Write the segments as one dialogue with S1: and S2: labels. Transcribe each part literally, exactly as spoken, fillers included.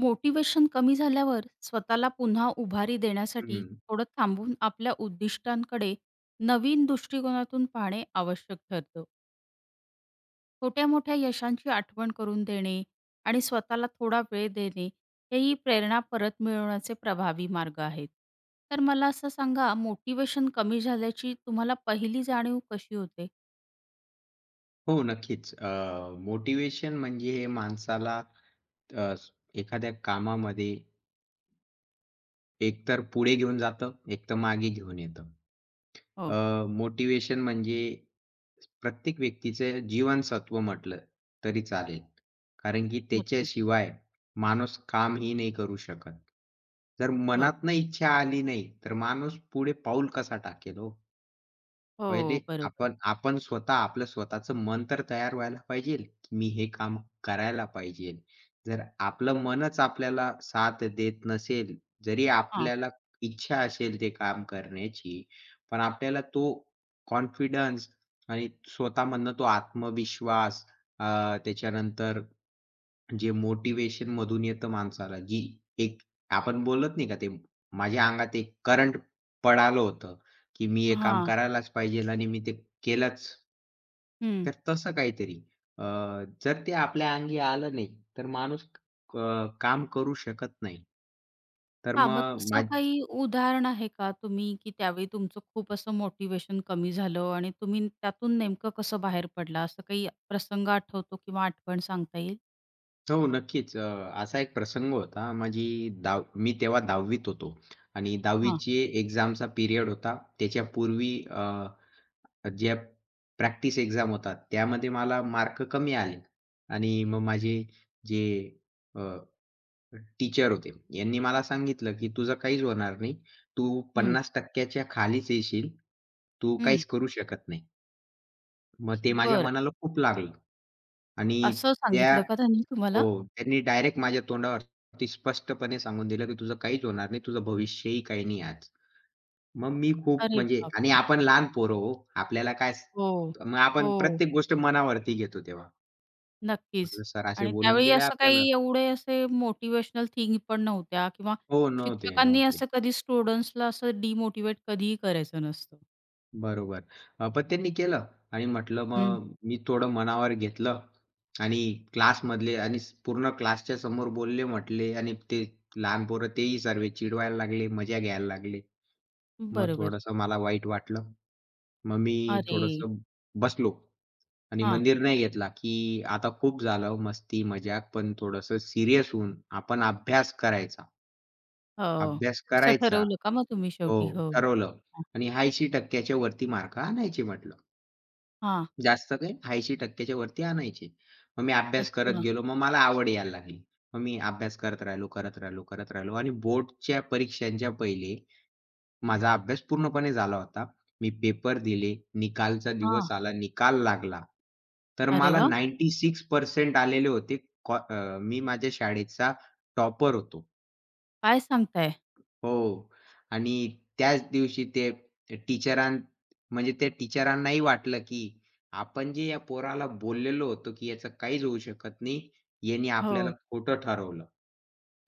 S1: Motivation कमी झाल्यावर स्वतःला पुन्हा उभारी देण्यासाठी
S2: हं.
S1: थोडं थांबून आपल्या उद्दिष्टांकडे नवीन दृष्टिकोनातून पाहणे आवश्यक ठरतं. छोट्या मोठ्या यशांची आठवण करून देणे आणि स्वतःला थोडा वेळ देणे हेही प्रेरणा परत मिळवण्याचे प्रभावी मार्ग आहेत. तर मला असं सांगा, मोटिवेशन कमी झाल्याची तुम्हाला पहिली जाणीव कशी होते?
S2: हो, नक्कीच. मोटिवेशन म्हणजे हे माणसाला अ, स- एखाद्या कामामध्ये एकतर पुढे घेऊन जातं, एकतर मागे घेऊन येतं.
S1: हो.
S2: अ, मोटिवेशन म्हणजे प्रत्येक व्यक्तीचं जीवनसत्व म्हटलं तरी चालेल. कारण की
S1: नक्कीच.
S2: त्याच्याशिवाय माणूस कामही नाही करू शकत. जर
S1: हो.
S2: मनातनं इच्छा आली नाही, तर माणूस पुढे पाऊल कसा टाकेल हो? पहिले
S1: हो, बरोबर.
S2: आपण आपण स्वतः आपलं स्वतःचं मन तर तयार व्हायला पाहिजे, की मी हे काम करायला पाहिजे. जर आपलं मनच आपल्याला साथ देत नसेल, जरी
S1: हां.
S2: आपल्याला इच्छा असेल ते काम करण्याची, पण आपल्याला तो कॉन्फिडन्स आणि स्वतःमधनं तो आत्मविश्वास, अ, त्याच्यानंतर जे मोटिवेशन मधून येतं माणसाला, जी एक आपण बोलत नाही का ते, माझ्या अंगात एक करंट पळालं होतं, की मी हे काम
S1: हां.
S2: करायलाच पाहिजे आणि मी ते केलंच. तर तसं काहीतरी. अ, जर ते आपल्या अंगी आलं नाही, तर माणूस क काम करू शकत नाही. तर
S1: हां, मग
S2: मग
S1: तसं
S2: माझ
S1: काही उदाहरण आहे का तुम्ही, की त्यावेळी तुमचं खूप असं मोटिव्हेशन कमी झालं आणि तुम्ही त्यातून नेमकं कसं बाहेर पडला? असं काही प्रसंग आठवतो किंवा आठवण सांगता येईल?
S2: हो, नक्कीच. अ, असा एक प्रसंग होता. माझी दहाव मी तेव्हा 10वीत होतो आणि
S1: हां.
S2: 10वीची एक्झामचा पिरियड होता. त्याच्यापूर्वी अ, ज्या प्रॅक्टिस एक्झाम होतात, त्यामध्ये मला मार्क कमी आले आणि मग माझे जे टीचर होते, यांनी मला सांगितलं, की "तुझं काहीच होणार नाही. तू
S1: हं,
S2: पन्नास टक्के च्या खालीच येशील. तू
S1: हं.
S2: काहीच करू शकत नाही." मग ते माझ्या
S1: बरं.
S2: मनाला खूप लागलं. आणि
S1: असं
S2: त्या
S1: सांगितलं का त्यांनी
S2: हो,
S1: तुम्हाला?
S2: त्यांनी डायरेक्ट माझ्या तोंडावरती स्पष्टपणे सांगून दिलं, की "तुझं काहीच होणार नाही. तुझं भविष्यही काही नाही आज." मग मी खूप
S1: अरे
S2: म्हणजे, आणि
S1: बापरे!
S2: आपण लहान पोरं हो. आपल्याला काय,
S1: हो,
S2: स- मग आपण
S1: हो.
S2: प्रत्येक गोष्ट मनावरती घेतो तेव्हा.
S1: नक्कीच.
S2: म्हटलं सर असे
S1: आणि
S2: बोलून
S1: त्यावेळी
S2: गेले
S1: असं
S2: आपल्याला.
S1: काही एवढे असे मोटिव्हेशनल थिंग पण नव्हत्या किंवा
S2: हो, नव्हते,
S1: शिक्षकांनी
S2: नव्हते.
S1: असं कधी स्टुडंट्सला असं डिमोटिव्हेट कधीही करायचं नसतं.
S2: बरोबर. अ, पण त्यांनी केलं आणि म्हटलं
S1: हं.
S2: मग मी थोडं मनावर घेतलं. आणि क्लासमधले आणि स- पूर्ण क्लासच्या समोर बोलले म्हटले, आणि ते लहान पोरं तेही सर्व चिडवायला लागले, मजा घ्यायला लागले. मग
S1: बरोबर.
S2: थोडंसं मला वाईट वाटलं. मग मी
S1: अरे!
S2: थोडंसं बसलो. आणि
S1: हां.
S2: मंदिर निर्णय घेतला, की आता खूप झालं मस्ती, मजाक, पण थोडंसं सीरियस होऊन आपण अभ्यास करायचा.
S1: हो.
S2: अभ्यास
S1: असं
S2: करायचा.
S1: ठरवलं का मग तुम्ही
S2: हो,
S1: शेवटी? हो.
S2: ठरवलं.
S1: हां.
S2: आणि ऐंशी टक्के च्या वरती मार्क आणायचे म्हटलं. जास्त काय, ऐंशी टक्के च्या वरती आणायचे. मग मी अभ्यास करत
S1: अच्छा.
S2: गेलो. मग मला आवड यायला लागली. मग मी अभ्यास करत राहिलो, करत राहिलो, करत राहिलो. आणि बोर्डच्या परीक्षांच्या पहिले माझा अभ्यास पूर्णपणे झाला होता. मी पेपर दिले, निकालचा
S1: हां.
S2: दिवस आला, निकाल लागला. तर
S1: अरे
S2: मला
S1: वाह!
S2: शहाण्णव टक्के आलेले होते. कॉ अ, मी माझ्या शाळेचा टॉपर होतो.
S1: काय सांगताय?
S2: हो. आणि त्याच दिवशी ते टीचरां म्हणजे त्या टीचरांनाही वाटलं, की आपण जे या पोराला बोललेलो होतो, की याचं काहीच होऊ शकत नाही, याने आपल्याला
S1: हो.
S2: खोटं ठरवलं.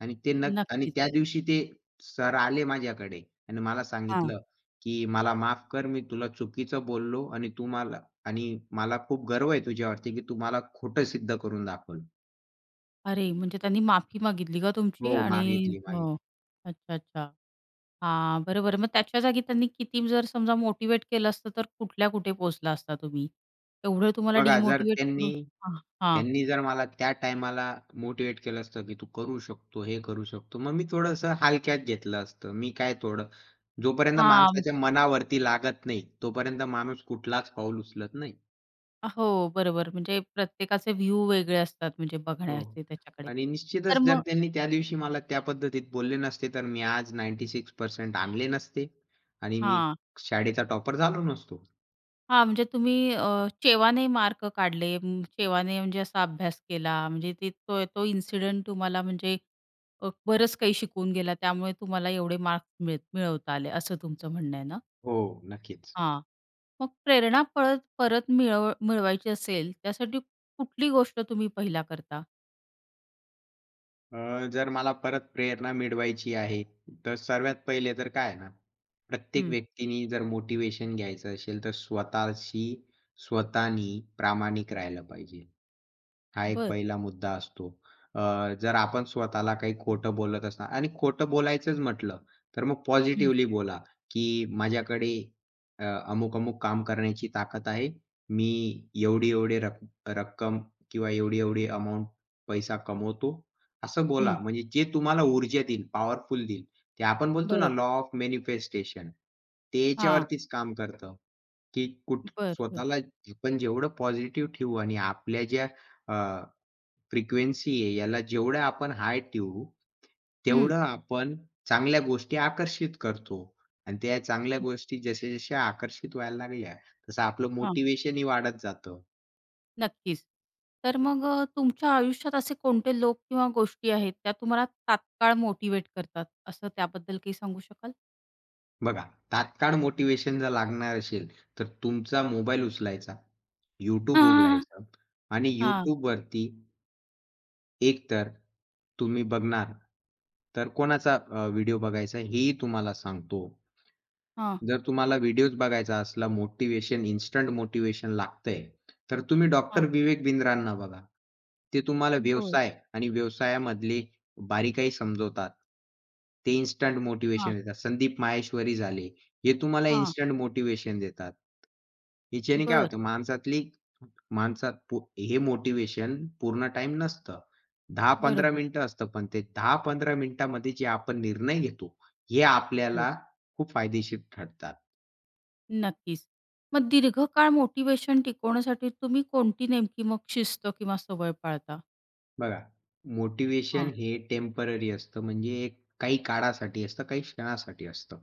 S2: आणि ते नक आणि
S1: नक्कीच.
S2: त्या दिवशी ते सर आले माझ्याकडे आणि मला
S1: हां.
S2: सांगितलं, की "मला माफ कर, मी तुला चुकीचं बोललो, आणि तू मला, आणि मला खूप गर्व आहे तुझ्यावरती, की तू मला खोटं सिद्ध करून दाखवलं."
S1: अरे, म्हणजे त्यांनी माफी मागितली का
S2: "हो,
S1: तुमची? आणि
S2: मागितली, मागितली."
S1: हो. अच्छा, अच्छा. हां, बरोबर. मग त्याच्या जागी त्यांनी किती जर समजा मोटिवेट केलं असतं, तर कुठल्या कुठे पोहोचला असता तुम्ही? एवढं तुम्हाला
S2: बघा, जर
S1: डिमोटिव्हेट
S2: त्यांनी
S1: करून. हां, हां.
S2: त्यांनी जर मला त्या टाईमाला मोटिव्हेट केलं असतं, की "तू करू शकतो, हे करू शकतो." मग मी थोडंसं हलक्यात घेतलं असतं. मी काय थोडं जोपर्यंत
S1: हां.
S2: माणसाच्या मनावरती लागत नाही, तोपर्यंत माणूस कुठलाच पाऊल उचलत नाही.
S1: हो, बरोबर. म्हणजे प्रत्येकाचे व्ह्यू वेगळे असतात, म्हणजे
S2: हो.
S1: बघण्याचे त्याच्याकडे.
S2: आणि
S1: तर
S2: निश्चितच जर
S1: मग
S2: त्यांनी त्या दिवशी मला त्या पद्धतीत बोलले नसते, तर मी आज शहाण्णव टक्के आणले नसते आणि मी
S1: हां.
S2: शाळेचा टॉपर झालो नसतो.
S1: हां, म्हणजे तुम्ही अ, चेवाने मार्क काढले, अं, चेवाने म्हणजे असा अभ्यास केला, म्हणजे ते तो तो इन्सिडेंट तुम्हाला म्हणजे अ, बरंच काही शिकवून गेला, त्यामुळे तुम्हाला एवढे मार्क्स मिळ मिळवता आले, असं तुमचं म्हणणं आहे ना?
S2: हो, नक्कीच.
S1: हां. मग प्रेरणा पळत परत मिळव मिळवायची असेल, त्यासाठी कुठली गोष्ट तुम्ही पहिला करता?
S2: अ, जर मला परत प्रेरणा मिळवायची आहे, तर सर्वात पहिले तर काय आहे ना, प्रत्येक
S1: हं.
S2: व्यक्तीनी जर मोटिव्हेशन घ्यायचं असेल, तर स्वतःशी, स्वतःनी प्रामाणिक राहिलं पाहिजे. हा एक
S1: बरं.
S2: पहिला मुद्दा असतो. अ, जर आपण स्वतःला काही खोटं बोलत असणार आणि खोटं बोलायचंच म्हटलं, तर मग
S1: हं,
S2: पॉझिटिव्हली बोला, की माझ्याकडे अ, अमुक-अमुक काम करण्याची ताकद आहे. मी एवढी-एवढी रक रक्कम किंवा एवढी-एवढी अमाउंट पैसा कमवतो, असं
S1: हं.
S2: बोला. म्हणजे जे तुम्हाला ऊर्जा देईल, पॉवरफुल देईल. ते आपण बोलतो ना,
S1: बरोबर.
S2: लॉ ऑफ मॅनिफेस्टेशन, ते
S1: हां.
S2: याच्यावरतीच काम करतं, की कुठ
S1: बरं,
S2: स्वतःला आपण जेवढं पॉझिटिव्ह ठेवू आणि आपल्या ज्या फ्रिक्वेन्सी आहे, याला जेवढं आपण हाय ठेवू,
S1: हं.
S2: तेवढं आपण चांगल्या गोष्टी आकर्षित करतो. आणि त्या चांगल्या गोष्टी जशा-जशा आकर्षित व्हायला लागल्या, तसं आपलं मोटिव्हेशनही वाढत जातं.
S1: नक्कीच. तर मग अ, तुमच्या आयुष्यात असे कोणते लोक किंवा गोष्टी आहेत, त्या तुम्हाला तात्काळ मोटिव्हेट करतात, असं त्याबद्दल काही सांगू शकाल?
S2: बघा, तात्काळ मोटिव्हेशन जर लागणार असेल, तर तुमचा मोबाईल उचलायचा, YouTube
S1: हां.
S2: उघडायचं, आणि
S1: हां,
S2: YouTubeवरती एकतर तुम्ही बघणार, तर कोणाचा व्हिडिओ बघायचा हेही तुम्हाला सांगतो.
S1: हां,
S2: जर तुम्हाला व्हिडिओज बघायचा असला, मोटिव्हेशन, इन्स्टंट मोटिव्हेशन लागतंय, तर तुम्ही
S1: हां.
S2: डॉक्टर विवेक बिंद्रांना बघा. ते तुम्हाला
S1: बर,
S2: व्यवसाय आणि व्यवसायामधली बारीकाई समजवतात. ते इन्स्टंट
S1: हां,
S2: मोटिव्हेशन देतात. संदीप माहेश्वरी झाले, हे तुम्हाला
S1: हां.
S2: इन्स्टंट मोटिव्हेशन देतात. हिच्याने काय
S1: बरं.
S2: होतं, माणसातली माणसात पू हे मोटिव्हेशन पूर्ण टाईम नसतं. दहा ते पंधरा
S1: बरोबर.
S2: मिनिटं असतं, पण ते दहा ते पंधरा मिनिटामध्ये जे आपण निर्णय घेतो, हे
S1: हो.
S2: आपल्याला खूप फायदेशीर ठरतात.
S1: नक्कीच. मग दीर्घकाळ मोटिव्हेशन टिकवण्यासाठी तुम्ही कोणती नेमकी मग शिस्त किंवा सवय पाळता?
S2: बघा, मोटिव्हेशन
S1: हां,
S2: हे टेम्पररी असतं, म्हणजे एक काही काळासाठी असतं, काही क्षणासाठी असतं.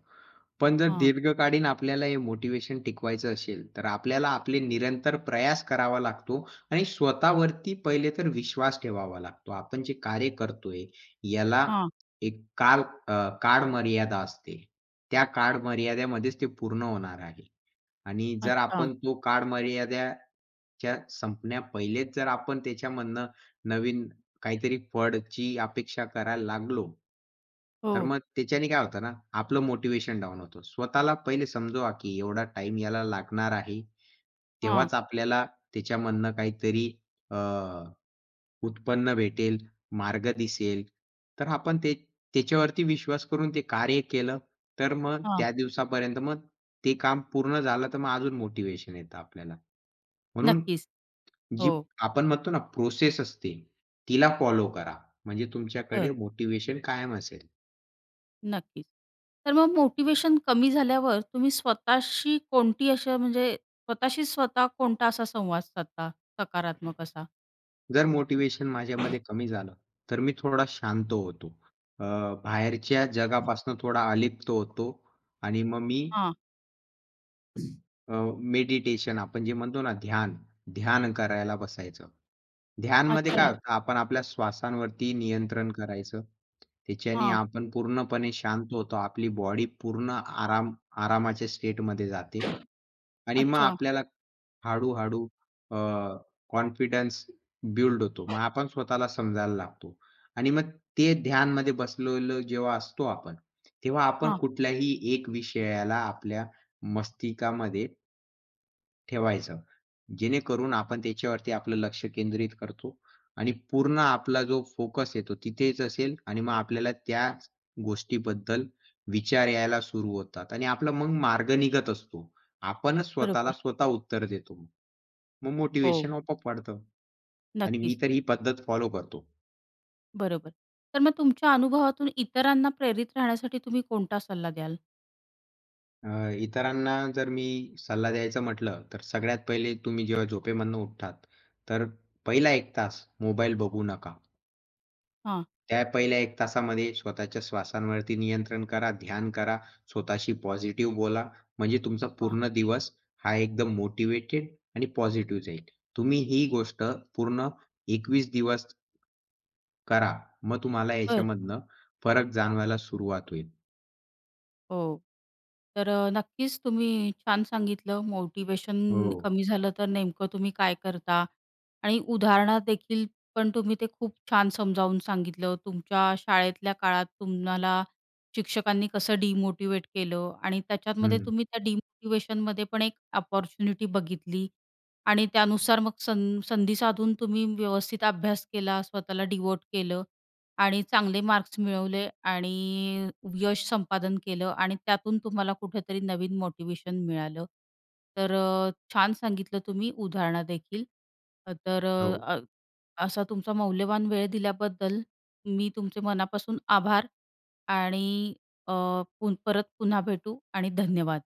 S2: पण जर
S1: हां,
S2: दीर्घकालीन आपल्याला हे मोटिवेशन टिकवायचं असेल, तर आपल्याला आपले निरंतर प्रयास करावा लागतो आणि स्वतःवरती पहिले तर विश्वास ठेवावा लागतो. आपण जे कार्य करतोय याला
S1: हां.
S2: एक काल अ, काळमर्यादा असते. त्या काळमर्यादेमध्येच ते पूर्ण होणार आहे. आणि जर
S1: अच्छा.
S2: आपण तो काळमर्यादा च्या संपण्या पहिलेच जर आपण त्याच्यामधनं नवीन काहीतरी फळची अपेक्षा करायला लागलो, तर
S1: हो.
S2: मग त्याच्याने काय होतं ना, आपलं मोटिवेशन डाऊन होतं. स्वतःला पहिले समजवा, की एवढा टाइम याला लागणार आहे.
S1: हां,
S2: तेव्हाच आपल्याला त्याच्यामधनं काहीतरी अ, उत्पन्न भेटेल, मार्ग दिसेल. तर आपण ते त्याच्यावरती विश्वास करून ते कार्य केलं, तर मग
S1: हां.
S2: त्या दिवसापर्यंत मग ते काम पूर्ण झालं, तर मग अजून मोटिव्हेशन येतं आपल्याला. म्हणून
S1: नक्कीच.
S2: जी
S1: हो.
S2: आपण म्हणतो ना, प्रोसेस असते, तिला फॉलो करा. म्हणजे तुमच्याकडे मोटिव्हेशन कायम असेल.
S1: नक्कीच. तर मग मोटिव्हेशन कमी झाल्यावर तुम्ही स्वतःशी कोणती अशा, म्हणजे स्वतःशी स्वतः कोणता असा संवाद साधता सकारात्मक असा?
S2: जर मोटिव्हेशन माझ्यामध्ये कमी झालं, तर मी थोडा शांत होतो. अ, बाहेरच्या जगापासून थोडा अलिप्त होतो आणि मग मी
S1: हां.
S2: मेडिटेशन, आपण जे म्हणतो ना ध्यान, ध्यान करायला बसायचं. ध्यानमध्ये काय
S1: अच्छा.
S2: होतं, आपण आपल्या श्वासांवरती नियंत्रण करायचं. त्याच्याने
S1: हां.
S2: आपण पूर्णपणे शांत होतो. आपली बॉडी पूर्ण आराम आरामाच्या स्टेटमध्ये जाते आणि मग
S1: अच्छा.
S2: आपल्याला हळू-हळू कॉन्फिडन्स बिल्ड होतो. मग आपण स्वतःला समजायला लागतो. आणि मग ते ध्यानमध्ये बसलेलो जेव्हा असतो आपण, तेव्हा आपण
S1: हां.
S2: कुठल्याही एक विषयाला आपल्या मस्तिकामध्ये ठेवायचं. जेणेकरून आपण त्याच्यावरती आपलं लक्ष केंद्रित करतो आणि पूर्ण आपला जो फोकस आहे तो तिथेच असेल, आणि मग आपल्याला त्या गोष्टीबद्दल विचार यायला सुरू होतात आणि आपला मग मार्ग निघत असतो. आपणच स्वतःला
S1: बरोबर.
S2: स्वतः उत्तर देतो. मग
S1: हो.
S2: मोटिव्हेशन आपोआप वाढतं. आणि मी
S1: नक्कीच.
S2: तर ही पद्धत फॉलो करतो.
S1: बरोबर. तर मग तुमच्या अनुभवातून इतरांना प्रेरित राहण्यासाठी तुम्ही कोणता सल्ला द्याल?
S2: अ, इतरांना जर मी सल्ला द्यायचं म्हटलं, तर सगळ्यात पहिले तुम्ही जेव्हा झोपेमधनं उठतात, तर पहिला एक तास मोबाईल बघू नका.
S1: हां.
S2: त्या पहिल्या एक तासामध्ये स्वतःच्या श्वासांवरती नियंत्रण करा, ध्यान करा, स्वतःशी पॉझिटिव्ह बोला. म्हणजे तुमचा
S1: हां.
S2: पूर्ण दिवस हा एकदम मोटिवेटेड आणि पॉझिटिव्ह जाईल. तुम्ही ही गोष्ट पूर्ण एकवीस दिवस करा. मग तुम्हाला
S1: बरं.
S2: याच्यामधनं फरक जाणवायला सुरुवात होईल.
S1: हो. तर अ, नक्कीच तुम्ही छान सांगितलं. मोटिव्हेशन
S2: हो.
S1: कमी झालं तर नेमकं तुम्ही काय करता? आणि उदाहरणात देखील पण तुम्ही ते खूप छान समजावून सांगितलं. तुमच्या शाळेतल्या काळात तुम्हाला शिक्षकांनी कसं डिमोटिव्हेट केलं आणि त्याच्यामध्ये
S2: हं.
S1: तुम्ही त्या डिमोटिव्हेशनमध्ये पण एक अपॉर्च्युनिटी बघितली आणि त्यानुसार मग सं संधी साधून तुम्ही व्यवस्थित अभ्यास केला, स्वतःला डिव्होट केलं आणि चांगले मार्क्स मिळवले आणि यश संपादन केलं आणि त्यातून तुम्हाला कुठेतरी नवीन मोटिवेशन मिळालं. तर अ, छान सांगितलं तुम्ही उदाहरणादेखील. अ, तर
S2: हो.
S1: अ, असा तुमचा मौल्यवान वेळ दिल्याबद्दल मी तुमचे मनापासून आभार आणि अ, पुन परत पुन्हा भेटू आणि धन्यवाद.